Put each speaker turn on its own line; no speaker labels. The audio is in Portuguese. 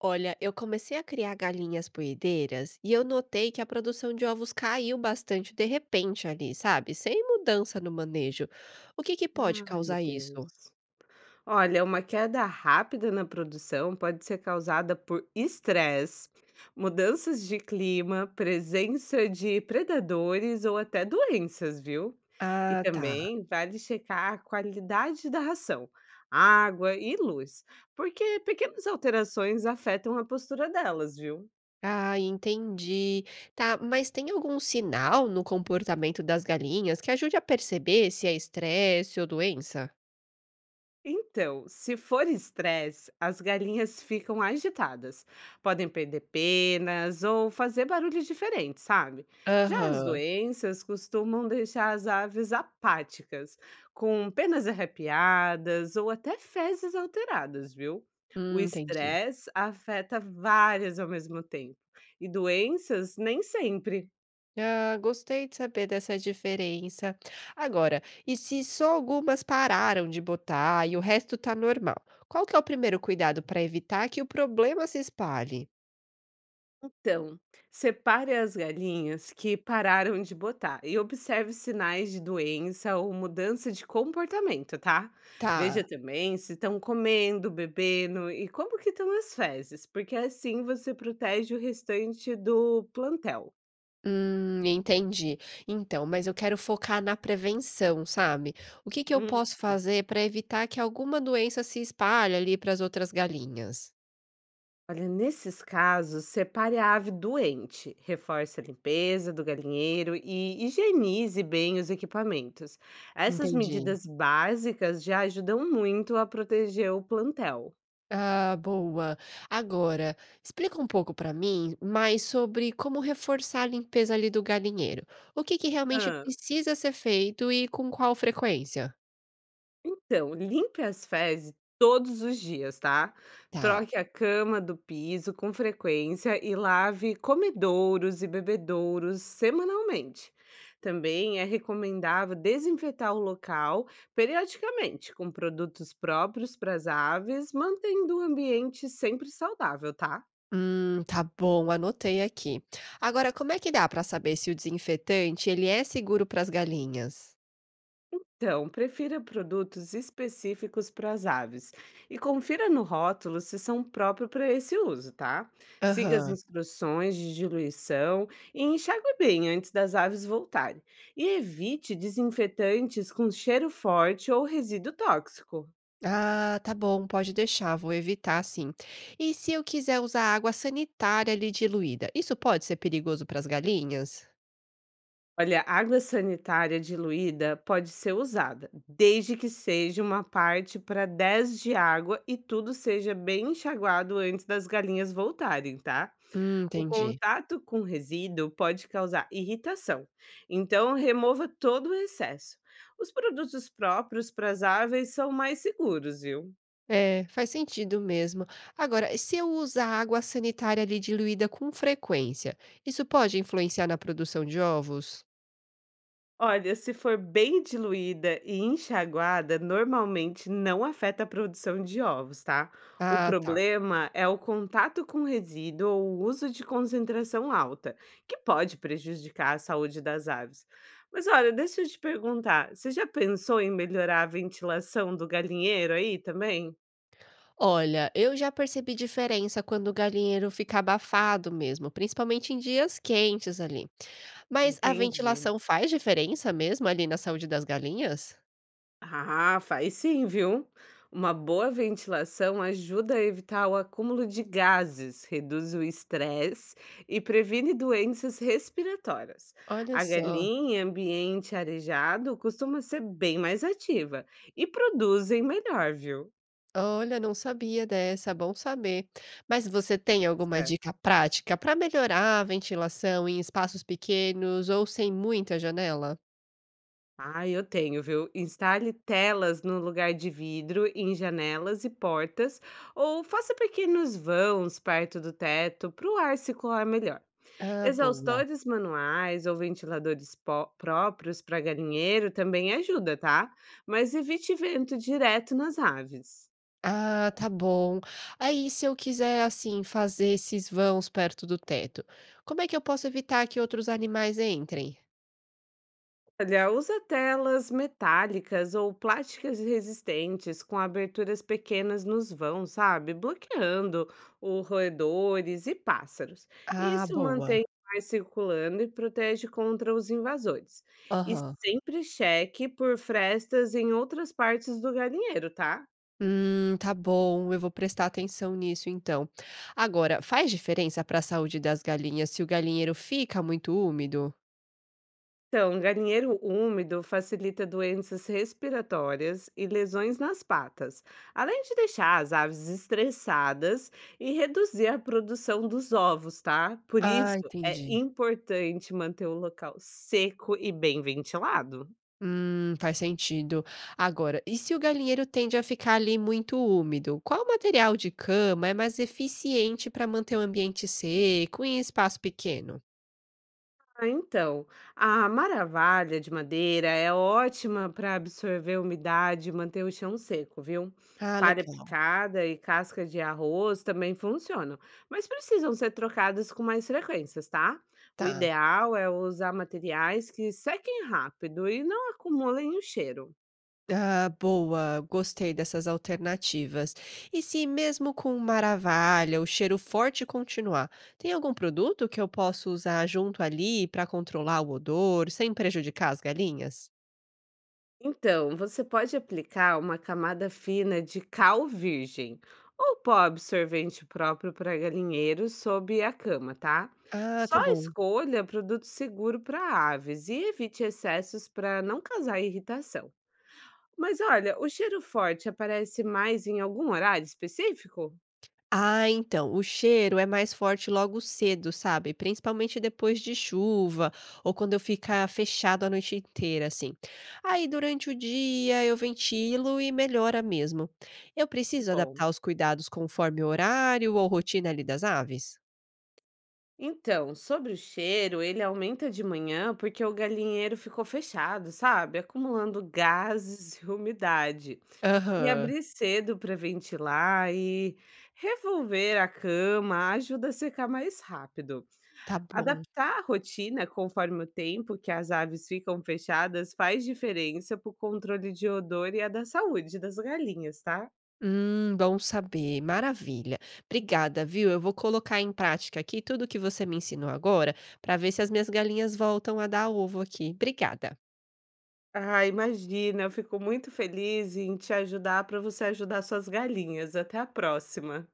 Olha, eu comecei a criar galinhas poedeiras e eu notei que a produção de ovos caiu bastante de repente ali, sabe? Sem mudança no manejo. O que que pode
Ai, meu
causar isso?
Deus. Olha, uma queda rápida na produção pode ser causada por estresse, mudanças de clima, presença de predadores ou até doenças, viu? E
Ah, tá.
também vale checar a qualidade da ração, água e luz, porque pequenas alterações afetam a postura delas, viu?
Ah, entendi. Tá, mas tem algum sinal no comportamento das galinhas que ajude a perceber se é estresse ou doença?
Então, se for estresse, as galinhas ficam agitadas, podem perder penas ou fazer barulhos diferentes, sabe? Já as
Aham.
doenças costumam deixar as aves apáticas, com penas arrepiadas ou até fezes alteradas, viu? O
Entendi.
estresse afeta várias ao mesmo tempo, e doenças nem sempre.
Ah, gostei de saber dessa diferença. Agora, e se só algumas pararam de botar e o resto tá normal? Qual que é o primeiro cuidado para evitar que o problema se espalhe?
Então, separe as galinhas que pararam de botar e observe sinais de doença ou mudança de comportamento, tá? Veja
Tá.
também se estão comendo, bebendo e como que estão as fezes, porque assim você protege o restante do plantel.
Entendi. Então, mas eu quero focar na prevenção, sabe? O que que eu posso fazer para evitar que alguma doença se espalhe ali para as outras galinhas?
Olha, nesses casos, separe a ave doente, reforce a limpeza do galinheiro e higienize bem os equipamentos. Essas
Entendi.
medidas básicas já ajudam muito a proteger o plantel.
Ah, boa. Agora, explica um pouco para mim mais sobre como reforçar a limpeza ali do galinheiro. O que que realmente precisa ser feito e com qual frequência?
Então, limpe as fezes todos os dias, tá?
Tá.
Troque a cama do piso com frequência e lave comedouros e bebedouros semanalmente. Também é recomendável desinfetar o local periodicamente com produtos próprios para as aves, mantendo o ambiente sempre saudável, tá?
Tá bom, anotei aqui. Agora, como é que dá para saber se o desinfetante ele é seguro para as galinhas?
Então, prefira produtos específicos para as aves e confira no rótulo se são próprios para esse uso, tá? Siga as
Aham.
instruções de diluição e enxague bem antes das aves voltarem. E evite desinfetantes com cheiro forte ou resíduo tóxico.
Ah, tá bom, pode deixar, vou evitar sim. E se eu quiser usar água sanitária ali diluída, isso pode ser perigoso para as galinhas?
Olha, água sanitária diluída pode ser usada, desde que seja uma parte para 10 de água e tudo seja bem enxaguado antes das galinhas voltarem, tá? O
Entendi.
contato com resíduo pode causar irritação, então remova todo o excesso. Os produtos próprios para as aves são mais seguros, viu?
É, faz sentido mesmo. Agora, se eu usar água sanitária ali diluída com frequência, isso pode influenciar na produção de ovos?
Olha, se for bem diluída e enxaguada, normalmente não afeta a produção de ovos, tá? O
Ah, tá.
problema é o contato com resíduo ou o uso de concentração alta, que pode prejudicar a saúde das aves. Mas olha, deixa eu te perguntar, você já pensou em melhorar a ventilação do galinheiro aí também?
Olha, eu já percebi diferença quando o galinheiro fica abafado mesmo, principalmente em dias quentes ali. Mas a
Entendi.
ventilação faz diferença mesmo ali na saúde das galinhas?
Ah, faz sim, viu? Uma boa ventilação ajuda a evitar o acúmulo de gases, reduz o estresse e previne doenças respiratórias.
Olha
A
só.
galinha em ambiente arejado costuma ser bem mais ativa e produzem melhor, viu?
Olha, não sabia dessa, bom saber. Mas você tem
Pois
alguma
é.
dica prática para melhorar a ventilação em espaços pequenos ou sem muita janela?
Ah, eu tenho, viu? Instale telas no lugar de vidro, em janelas e portas, ou faça pequenos vãos perto do teto para o ar circular melhor.
Ah, boa.
Exaustores manuais ou ventiladores próprios para galinheiro também ajuda, tá? Mas evite vento direto nas aves.
Ah, tá bom. Aí, se eu quiser, assim, fazer esses vãos perto do teto, como é que eu posso evitar que outros animais entrem?
Olha, usa telas metálicas ou plásticas resistentes com aberturas pequenas nos vãos, sabe? Bloqueando os roedores e pássaros.
Ah,
Isso
boa.
mantém o ar circulando e protege contra os invasores. E
Aham.
sempre cheque por frestas em outras partes do galinheiro, tá?
Tá bom, eu vou prestar atenção nisso então. Agora, faz diferença para a saúde das galinhas se o galinheiro fica muito úmido?
Então, galinheiro úmido facilita doenças respiratórias e lesões nas patas, além de deixar as aves estressadas e reduzir a produção dos ovos, tá? Por
Ah,
isso, é
entendi.
importante manter o local seco e bem ventilado.
Faz sentido. Agora, e se o galinheiro tende a ficar ali muito úmido, qual material de cama é mais eficiente para manter o ambiente seco em espaço pequeno?
Ah, então, a maravalha de madeira é ótima para absorver umidade e manter o chão seco, viu?
Ah,
Palha
legal.
picada e casca de arroz também funcionam, mas precisam ser trocadas com mais frequências, tá? O
Tá.
ideal é usar materiais que sequem rápido e não acumulem o cheiro.
Ah, boa. Gostei dessas alternativas. E se mesmo com maravilha, o cheiro forte continuar, tem algum produto que eu possa usar junto ali para controlar o odor sem prejudicar as galinhas?
Então, você pode aplicar uma camada fina de cal virgem ou pó absorvente próprio para galinheiro sob a cama, tá?
Ah,
Só
tá bom.
escolha produto seguro para aves e evite excessos para não causar irritação. Mas olha, o cheiro forte aparece mais em algum horário específico?
Ah, então, o cheiro é mais forte logo cedo, sabe? Principalmente depois de chuva ou quando eu ficar fechado a noite inteira, assim. Aí, durante o dia, eu ventilo e melhora mesmo. Eu
Que
preciso
bom.
adaptar os cuidados conforme o horário ou rotina ali das aves?
Então, sobre o cheiro, ele aumenta de manhã porque o galinheiro ficou fechado, sabe? Acumulando gases e umidade. E
Aham,
abrir cedo para ventilar e revolver a cama ajuda a secar mais rápido.
tá bom.
Adaptar a rotina conforme o tempo que as aves ficam fechadas faz diferença para o controle de odor e a da saúde das galinhas, tá?
Bom saber, maravilha. Obrigada, viu? Eu vou colocar em prática aqui tudo que você me ensinou agora para ver se as minhas galinhas voltam a dar ovo aqui. Obrigada.
Ah, imagina, eu fico muito feliz em te ajudar para você ajudar suas galinhas. Até a próxima.